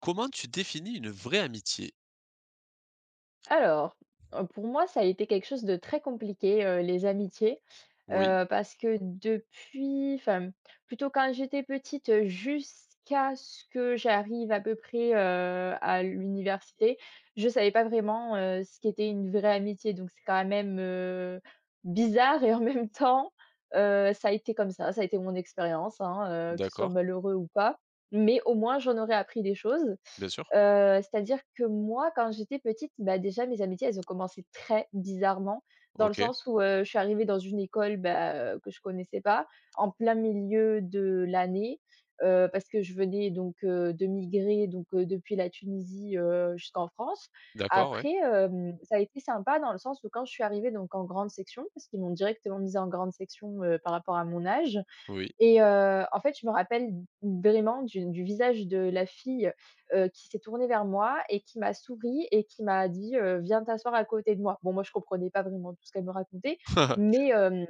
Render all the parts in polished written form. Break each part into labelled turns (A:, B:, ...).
A: Comment tu définis une vraie amitié?
B: Alors, pour moi, ça a été quelque chose de très compliqué, les amitiés.
A: Oui,
B: Parce que depuis enfin, plutôt quand j'étais petite, jusqu'à ce que j'arrive à peu près, à l'université, je savais pas vraiment, ce qu'était une vraie amitié. Donc c'est quand même, bizarre et en même temps, ça a été comme ça a été mon expérience, hein, que ce soit
A: d'accord,
B: malheureux ou pas. Mais au moins j'en aurais appris des choses.
A: bien sûr.
B: C'est-à-dire que moi, quand j'étais petite, bah, déjà mes amitiés, elles ont commencé très bizarrement dans le
A: OK,
B: sens où, je suis arrivée dans une école, bah, que je connaissais pas, en plein milieu de l'année, parce que je venais donc, de migrer donc, depuis la Tunisie, jusqu'en France.
A: d'accord, ouais,
B: Après, ça a été sympa dans le sens où quand je suis arrivée donc en grande section, parce qu'ils m'ont directement mise en grande section, par rapport à mon âge,
A: oui.
B: et en fait, je me rappelle vraiment du visage de la fille, qui s'est tournée vers moi et qui m'a souri et qui m'a dit: «Viens t'asseoir à côté de moi». Bon, moi, je comprenais pas vraiment tout ce qu'elle me racontait, mais hem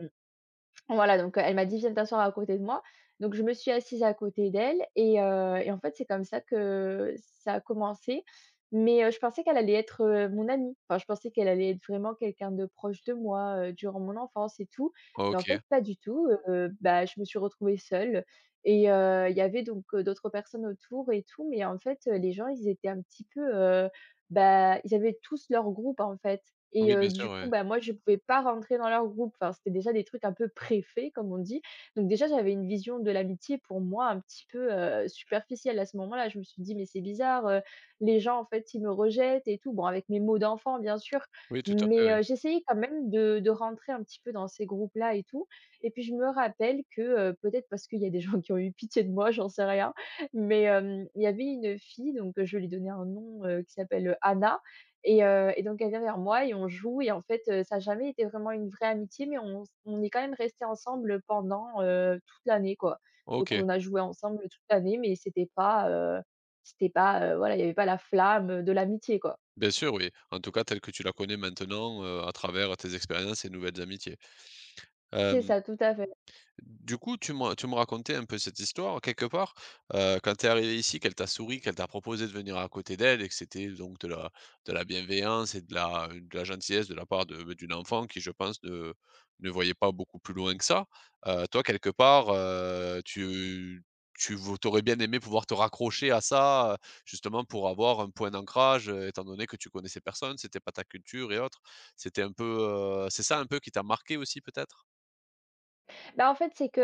B: voilà, donc, elle m'a dit: «Viens t'asseoir à côté de moi». Donc je me suis assise à côté d'elle et en fait, c'est comme ça que ça a commencé. Mais, je pensais qu'elle allait être, mon amie. Enfin, je pensais qu'elle allait être vraiment quelqu'un de proche de moi, durant mon enfance et tout. Mais en
A: OK.
B: fait, pas du tout, bah, je me suis retrouvée seule et il y avait donc, d'autres personnes autour et tout. Mais en fait, les gens, ils étaient un petit peu, bah, ils avaient tous leur groupe, en fait. Et
A: Oui,
B: heu,
A: bien
B: du
A: sûr,
B: coup,
A: ouais.
B: bah, moi, je ne pouvais pas rentrer dans leur groupe. Enfin, c'était déjà des trucs un peu préfaits, comme on dit. Donc déjà, j'avais une vision de l'amitié pour moi un petit peu, superficielle à ce moment-là. Je me suis dit: «Mais c'est bizarre, les gens, en fait, ils me rejettent et tout». Bon, avec mes mots d'enfant, bien sûr,
A: Oui, tout à fait,
B: mais
A: ouais.
B: j'essayais quand même de rentrer un petit peu dans ces groupes-là et tout. Et puis je me rappelle que, peut-être parce qu'il y a des gens qui ont eu pitié de moi, j'en sais rien, mais il y avait une fille, donc je vais lui donner un nom, qui s'appelle, Anna. Et donc elle vient vers moi et on joue et en fait, ça a jamais été vraiment une vraie amitié, mais on est quand même restés ensemble pendant, toute l'année, quoi. Donc
A: OK,
B: on a joué ensemble toute l'année, mais c'était pas, voilà, il y avait pas la flamme, de l'amitié, quoi.
A: bien sûr, oui. En tout cas, telle que tu la connais maintenant, à travers tes expériences et nouvelles amitiés.
B: C'est
A: Hem.
B: ça, tout à fait.
A: Du coup, tu me racontais un peu cette histoire, quelque part, quand tu es arrivée ici, qu'elle t'a souri, qu'elle t'a proposé de venir à côté d'elle et que c'était donc de la bienveillance et de la gentillesse de la part de, bah, d'une enfant qui, je pense, ne voyait pas beaucoup plus loin que ça. Toi, quelque part, tu aurais bien aimé pouvoir te raccrocher à ça, justement pour avoir un point d'ancrage, étant donné que tu connaissais personne, c'était pas ta culture et autres. C'était un peu, c'est ça un peu qui t'a marqué aussi peut-être?
B: Bah, en fait, c'est que,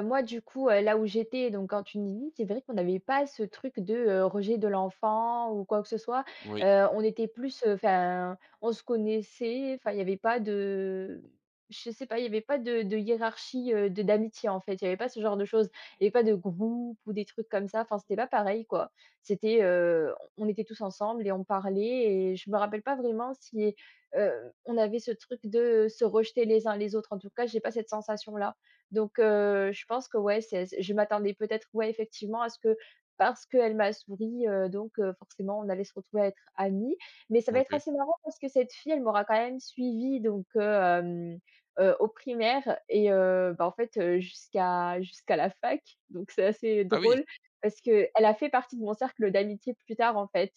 B: moi, du coup, là où j'étais, donc en Tunisie, c'est vrai qu'on n'avait pas ce truc de, rejet de l'enfant ou quoi que ce soit.
A: Oui,
B: On était plus, enfin, on se connaissait, enfin, il y avait pas de je sais pas, il y avait pas de hiérarchie, de d'amitié, en fait. Il y avait pas ce genre de choses. Il y avait pas de groupe ou des trucs comme ça. Enfin, c'était pas pareil, quoi. C'était, on était tous ensemble et on parlait et je me rappelle pas vraiment si, on avait ce truc de se rejeter les uns les autres. En tout cas, j'ai pas cette sensation-là. Donc je pense que ouais, c'est je m'attendais peut-être, ouais, effectivement à ce que parce qu'elle m'a souri, donc forcément on allait se retrouver à être amies. Mais ça va être
A: OK.
B: assez marrant parce que cette fille, elle m'aura quand même suivie donc au primaire et bah, en fait, jusqu'à la fac. Donc c'est assez
A: Ah oui!
B: drôle parce que elle a fait partie de mon cercle d'amitié plus tard, en fait.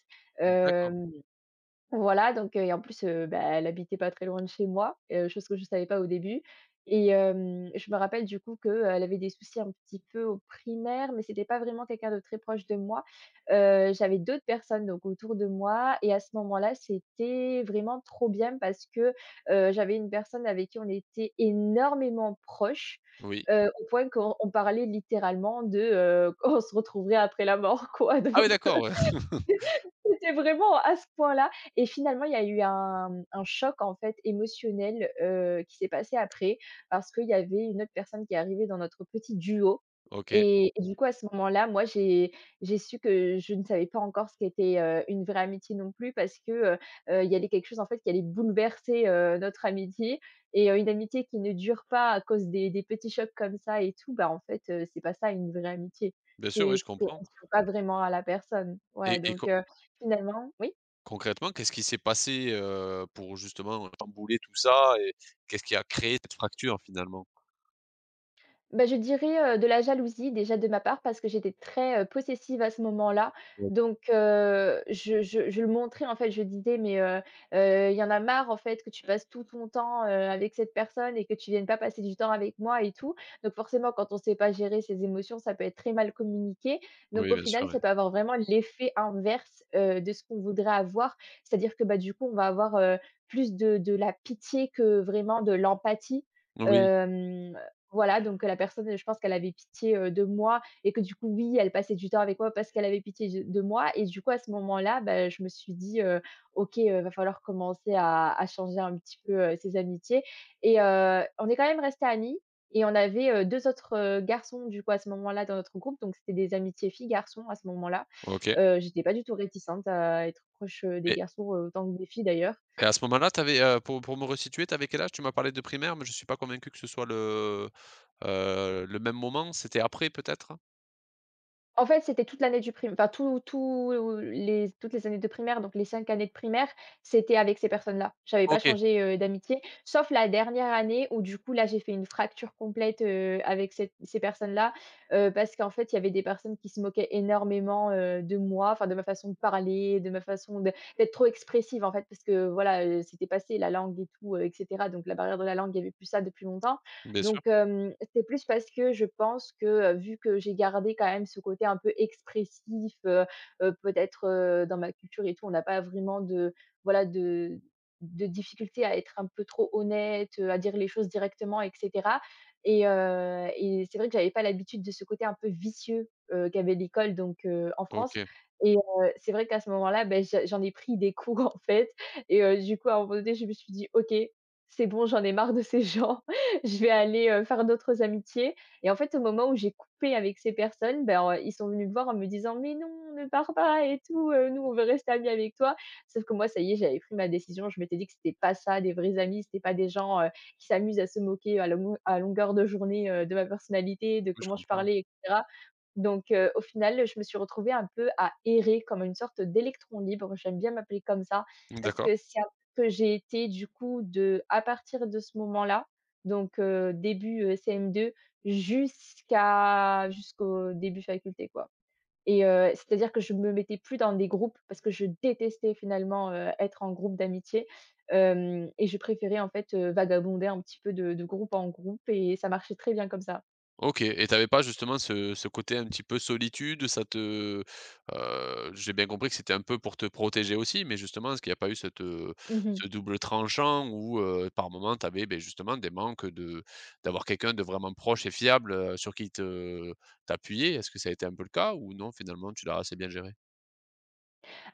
A: D'accord,
B: Hem Voilà, donc, et en plus, bah, elle habitait pas très loin de chez moi, chose que je savais pas au début et je me rappelle du coup qu'elle avait des soucis un petit peu au primaire, mais c'était pas vraiment quelqu'un de très proche de moi. J'avais d'autres personnes donc autour de moi et à ce moment-là, c'était vraiment trop bien parce que, j'avais une personne avec qui on était énormément proches,
A: oui.
B: au point qu'on on parlait littéralement de, qu'on se retrouverait après la mort quoi
A: Ah oui,
B: donc
A: d'accord, ouais.
B: c'était vraiment à ce point-là et finalement, il y a eu un choc, en fait, émotionnel, qui s'est passé après parce qu'il y avait une autre personne qui est arrivée dans notre petit duo
A: OK.
B: et du coup, à ce moment-là, moi, j'ai su que je ne savais pas encore ce qu'était, une vraie amitié non plus parce que, il y avait quelque chose, en fait, qui allait bouleverser, notre amitié et une amitié qui ne dure pas à cause des petits chocs comme ça et tout, bah, en fait, c'est pas ça une vraie amitié.
A: Bien sûr, oui,
B: C'est
A: je
B: c'est qu'on
A: comprends
B: se tient pas vraiment à la personne. Ouais,
A: et et
B: donc
A: con
B: finalement, oui.
A: concrètement, qu'est-ce qui s'est passé, pour justement, chambouler tout ça et qu'est-ce qui a créé cette fracture finalement?
B: Bah, je dirais, de la jalousie déjà de ma part parce que j'étais très, possessive à ce moment-là
A: Ouais.
B: donc je le montrais en fait, je disais: «Mais il y en a marre en fait que tu passes tout ton temps, avec cette personne et que tu viennes pas passer du temps avec moi et tout». Donc forcément quand on sait pas gérer ses émotions, ça peut être très mal communiqué donc
A: Oui,
B: au
A: bien
B: final,
A: sûr, oui.
B: ça peut avoir vraiment l'effet inverse, de ce qu'on voudrait avoir. C'est-à-dire que, bah, du coup, on va avoir, plus de la pitié que vraiment de l'empathie,
A: Oui,
B: hem voilà, donc la personne, je pense qu'elle avait pitié, de moi et que du coup, oui, elle passait du temps avec moi parce qu'elle avait pitié de moi et du coup, à ce moment-là, bah, je me suis dit: «OK, va falloir commencer à changer un petit peu, ces amitiés» et on est quand même restés amis et on avait, 2 autres, garçons du coup à ce moment-là dans notre groupe, donc c'était des amitiés filles-garçons à ce moment-là.
A: OK
B: J'étais pas du tout réticente à être proche, des
A: et
B: garçons, autant que des filles d'ailleurs.
A: et à ce moment-là, tu avais, pour me resituer, tu avais quel âge? Tu m'as parlé de primaire, mais je ne suis pas convaincu que ce soit le même moment. C'était après peut-être?
B: En fait, c'était toute l'année du primaire, enfin toutes les années de primaire, donc les 5 années de primaire, c'était avec ces personnes-là. J'avais pas
A: OK,
B: changé, d'amitié, sauf la dernière année où du coup là, j'ai fait une fracture complète, avec cette ces personnes-là, parce qu'en fait, il y avait des personnes qui se moquaient énormément, de moi, enfin de ma façon de parler, de ma façon de d'être trop expressive en fait, parce que voilà, c'était passé la langue et tout, et cetera, donc la barrière de la langue, il y avait plus ça depuis longtemps
A: bien sûr.
B: donc, c'est plus parce que je pense que, vu que j'ai gardé quand même ce côté un peu expressif, peut-être, dans ma culture et tout, on n'a pas vraiment de voilà, de difficulté à être un peu trop honnête, à dire les choses directement et cetera et c'est vrai que j'avais pas l'habitude de ce côté un peu vicieux, qu'avait l'école donc en France
A: OK,
B: et c'est vrai qu'à ce moment-là, ben je j'en ai pris des coups en fait et du coup, à un moment donné, je me suis dit: «OK, c'est bon, j'en ai marre de ces gens». Je vais aller, faire d'autres amitiés et en fait, au moment où j'ai coupé avec ces personnes, ben, ils sont venus me voir en me disant: «Mais non, ne pars pas et tout, nous on veut rester amis avec toi». Sauf que moi, ça y est, j'avais pris ma décision. Je m'étais dit que c'était pas ça des vrais amis, c'était pas des gens, qui s'amusent à se moquer à longueur de journée, de ma personnalité, de
A: oui, je
B: comment je
A: comprends.
B: parlais et cetera. Donc au final, je me suis retrouvée un peu à errer comme une sorte d'électron libre. J'aime bien m'appeler comme ça parce
A: D'accord.
B: que c'est un peu ce que j'ai été du coup de à partir de ce moment-là, donc début, CM2 jusqu'au début faculté, quoi et c'est-à-dire que je me mettais plus dans des groupes parce que je détestais finalement, être en groupe d'amitié, hem et je préférais en fait, vagabonder un petit peu de groupe en groupe et ça marchait très bien comme ça.
A: OK, et t'avais pas justement ce côté un petit peu solitude, ça te j'ai bien compris que c'était un peu pour te protéger aussi, mais justement, est-ce qu'il n'y a pas eu cette,
B: Mmh.
A: ce double tranchant où, par moment t'avais, ben justement des manques de d'avoir quelqu'un de vraiment proche et fiable, sur qui te t'appuyer? Est-ce que ça a été un peu le cas ou non, finalement, tu l'as assez bien géré?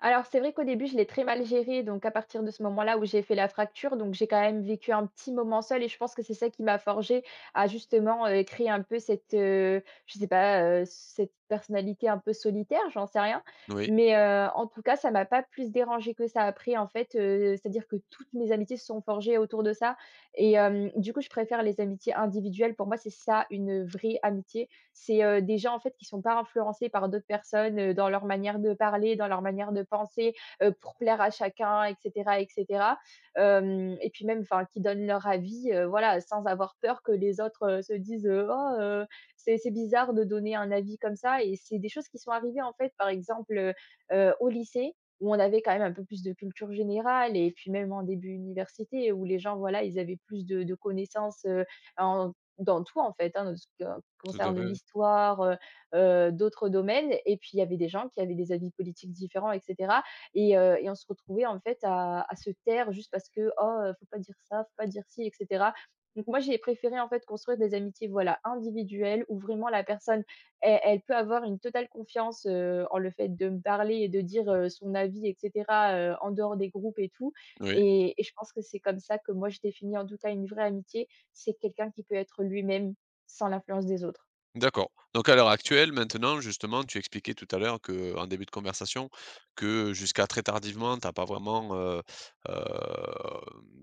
B: Alors, c'est vrai qu'au début, je l'ai très mal géré. Donc, à partir de ce moment-là où j'ai fait la fracture, donc j'ai quand même vécu un petit moment seul et je pense que c'est ça qui m'a forgé à justement créer un peu cette, je sais pas, cette personnalité un peu solitaire, j'en sais rien.
A: Oui,
B: Mais en tout cas, ça m'a pas plus dérangé que ça après, en fait. C'est-à-dire que toutes mes amitiés se sont forgées autour de ça. Et du coup, je préfère les amitiés individuelles. Pour moi, c'est ça une vraie amitié, c'est, des gens en fait qui sont pas influencés par d'autres personnes, dans leur manière de parler, dans leur manière de penser, pour plaire à chacun, et cetera, et cetera. Hem Et puis même, enfin, qui donnent leur avis, voilà, sans avoir peur que les autres, se disent, «Oh, c'est bizarre de donner un avis comme ça», et c'est des choses qui sont arrivées en fait, par exemple, au lycée, où on avait quand même un peu plus de culture générale, et puis même en début université où les gens, voilà, ils avaient plus de connaissances, en dans tout en fait, hein, qui
A: tout à
B: concerne
A: fait, oui.
B: l'histoire, d'autres domaines, et puis il y avait des gens qui avaient des avis politiques différents, et cetera, et on se retrouvait en fait à se taire juste parce que: «Oh, faut pas dire ça, faut pas dire ci», et cetera. Donc moi, j'ai préféré en fait construire des amitiés, voilà, individuelles, où vraiment la personne, elle peut avoir une totale confiance, en le fait de me parler et de dire, son avis, et cetera, en dehors des groupes et tout,
A: Oui.
B: et je pense que c'est comme ça que moi je définis en tout cas une vraie amitié. C'est quelqu'un qui peut être lui-même. Sans l'influence des autres.
A: D'accord. Donc à l'heure actuelle, maintenant, justement, tu expliquais tout à l'heure que, en début de conversation, que jusqu'à très tardivement, t'as pas vraiment, heu,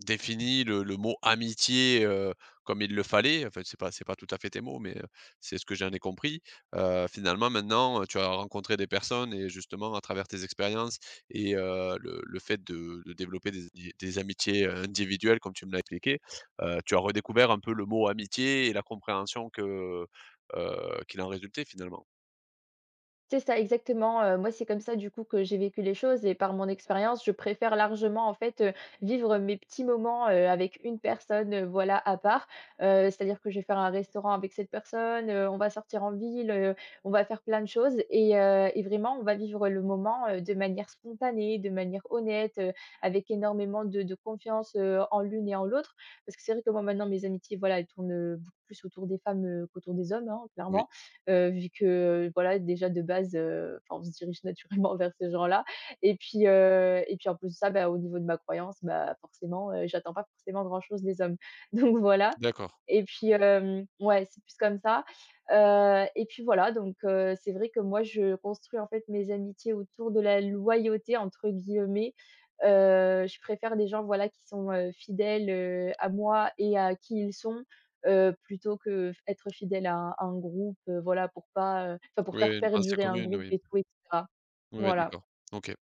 A: défini le mot «amitié», comme il le fallait. Enfin, c'est pas tout à fait tes mots, mais, c'est ce que j'en ai compris. Finalement, maintenant, tu as rencontré des personnes et justement, à travers tes expériences et le fait de développer des amitiés, individuelles, comme tu me l'as expliqué, tu as redécouvert un peu le mot «amitié» et la compréhension que qu'il en résultait finalement.
B: C'est ça, exactement, moi, c'est comme ça, du coup, que j'ai vécu les choses, et par mon expérience, je préfère largement, en fait, vivre mes petits moments, avec une personne, voilà, à part. C'est-à-dire que je vais faire un restaurant avec cette personne, on va sortir en ville, on va faire plein de choses, et vraiment, on va vivre le moment, de manière spontanée, de manière honnête, avec énormément de confiance, en l'une et en l'autre. Parce que c'est vrai que moi, maintenant, mes amitiés, voilà, elles tournent, beaucoup plus autour des femmes, qu'autour des hommes, hein,
A: Oui.
B: clairement. Vu que, voilà, déjà de base, enfin, on se dirige naturellement vers ces gens-là, et puis, et puis, en plus de ça, bah, au niveau de ma croyance, bah, forcément, j'attends pas forcément grand-chose des hommes. Donc voilà,
A: D'accord.
B: et puis, ouais, c'est plus comme ça, et puis voilà, donc, c'est vrai que moi je construis en fait mes amitiés autour de la «loyauté» entre guillemets, je préfère des gens voilà qui sont, fidèles, à moi et à qui ils sont, plutôt que être fidèle à un groupe, voilà, pour pas, enfin, pour
A: Oui,
B: faire
A: une pensée
B: perdurer un
A: commune,
B: groupe
A: oui.
B: et tout, et cetera.
A: Oui, oui,
B: Voilà.
A: d'accord. OK.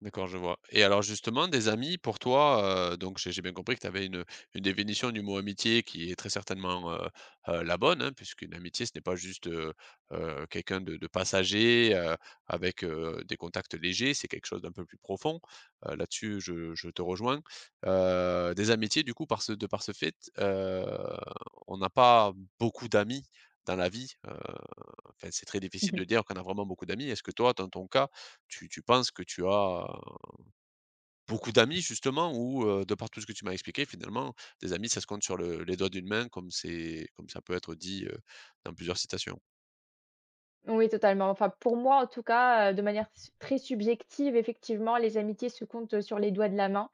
A: D'accord, je vois. Et alors justement, des amis pour toi, donc j'ai bien compris que tu avais une définition du mot amitié qui est très certainement, la bonne, hein, puisqu'une amitié ce n'est pas juste, quelqu'un de passager, avec, des contacts légers, c'est quelque chose d'un peu plus profond. Là-dessus je te rejoins. Des amitiés du coup par ce fait, on n'a pas beaucoup d'amis dans la vie, enfin c'est très difficile de dire qu'on a vraiment beaucoup d'amis. Est-ce que toi, dans ton cas, tu penses que tu as beaucoup d'amis justement ou de par tout ce que tu m'as expliqué finalement, des amis ça se compte sur le les doigts d'une main comme c'est comme ça peut être dit, dans plusieurs citations.
B: Oui, totalement. Enfin, pour moi, en tout cas, de manière s très subjective, effectivement, les amitiés se comptent sur les doigts de la main.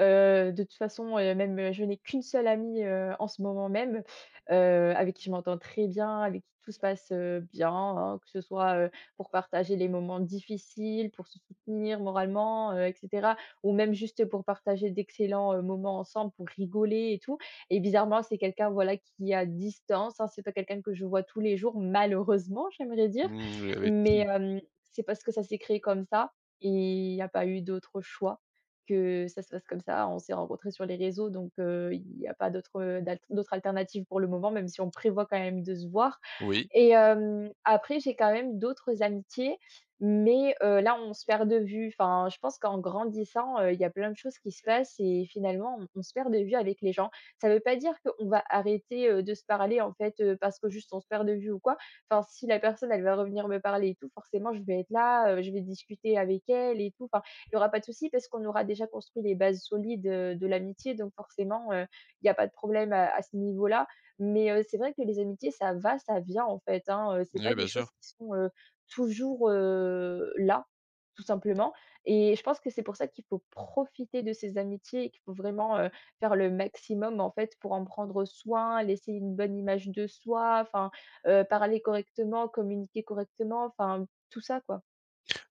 B: De toute façon, même, je n'ai qu'une seule amie, en ce moment même, avec qui je m'entends très bien, avec qui tout se passe, bien, hein, que ce soit, pour partager les moments difficiles, pour se soutenir moralement, et cetera, ou même juste pour partager d'excellents, moments ensemble, pour rigoler et tout. Et bizarrement, c'est quelqu'un, voilà, qui est à distance, hein, c'est pas quelqu'un que je vois tous les jours, malheureusement, j'aimerais dire.
A: Mmh, j'avais
B: Mais, c'est parce que ça s'est créé comme ça, et il y a pas eu d'autre choix que ça se fasse comme ça. On s'est rencontrés sur les réseaux, donc, il y a pas d'autre, d'autre alternative pour le moment, même si on prévoit quand même de se voir.
A: oui.
B: Et après, j'ai quand même d'autres amitiés, mais là, on se perd de vue. Enfin, je pense qu'en grandissant, il y a plein de choses qui se passent et finalement, on se perd de vue avec les gens. Ça ne veut pas dire qu'on va arrêter, de se parler, en fait, parce que juste on se perd de vue ou quoi. Enfin, si la personne, elle va revenir me parler et tout, forcément, je vais être là, je vais discuter avec elle et tout. Enfin, il n'y aura pas de souci parce qu'on aura déjà construit les bases solides, de l'amitié, donc forcément, il n'y a pas de problème à ce niveau-là. Mais c'est vrai que les amitiés, ça va, ça vient, en fait, hein, c'est pas
A: Oui,
B: des
A: bien
B: choses
A: sûr.
B: qui sont, toujours, là, tout simplement, et je pense que c'est pour ça qu'il faut profiter de ces amitiés et qu'il faut vraiment, faire le maximum, en fait, pour en prendre soin, laisser une bonne image de soi, enfin, parler correctement, communiquer correctement, enfin, tout ça, quoi.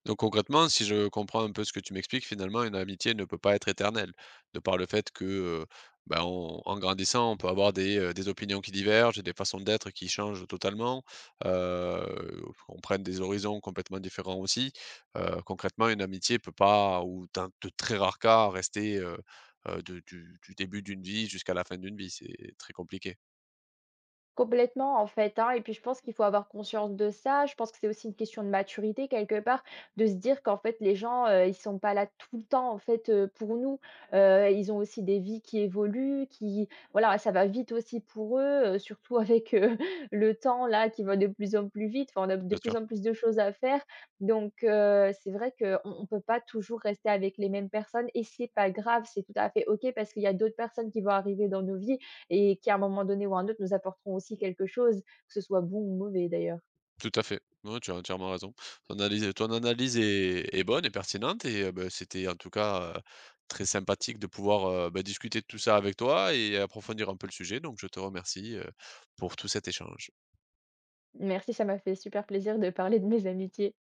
A: Donc concrètement, si je comprends un peu ce que tu m'expliques, finalement, une amitié ne peut pas être éternelle, de par le fait que, ben, on en grandissant, on peut avoir des opinions qui divergent et des façons d'être qui changent totalement, qu'on prenne des horizons complètement différents aussi. Concrètement, une amitié peut pas ou dans de très rares cas, rester, de du début d'une vie jusqu'à la fin d'une vie. C'est très compliqué,
B: Complètement, en fait, hein, et puis je pense qu'il faut avoir conscience de ça. Je pense que c'est aussi une question de maturité quelque part, de se dire qu'en fait les gens, ils sont pas là tout le temps en fait, pour nous. Ils ont aussi des vies qui évoluent, qui voilà, ça va vite aussi pour eux, surtout avec, le temps là qui va de plus en plus vite. Enfin, on a de
A: bien
B: plus
A: sûr.
B: en plus de choses à faire, donc c'est vrai qu'on peut pas toujours rester avec les mêmes personnes, et c'est pas grave, c'est tout à fait OK, parce qu'il y a d'autres personnes qui vont arriver dans nos vies et qui, à un moment donné ou à un autre, nous apporteront aussi quelque chose, que ce soit bon ou mauvais d'ailleurs.
A: Tout à fait. Non, tu as entièrement raison. Ton analyse est bonne et pertinente et bah, c'était en tout cas, très sympathique de pouvoir, bah, discuter de tout ça avec toi et approfondir un peu le sujet donc je te remercie, pour tout cet échange.
B: Merci, ça m'a fait super plaisir de parler de mes amitiés.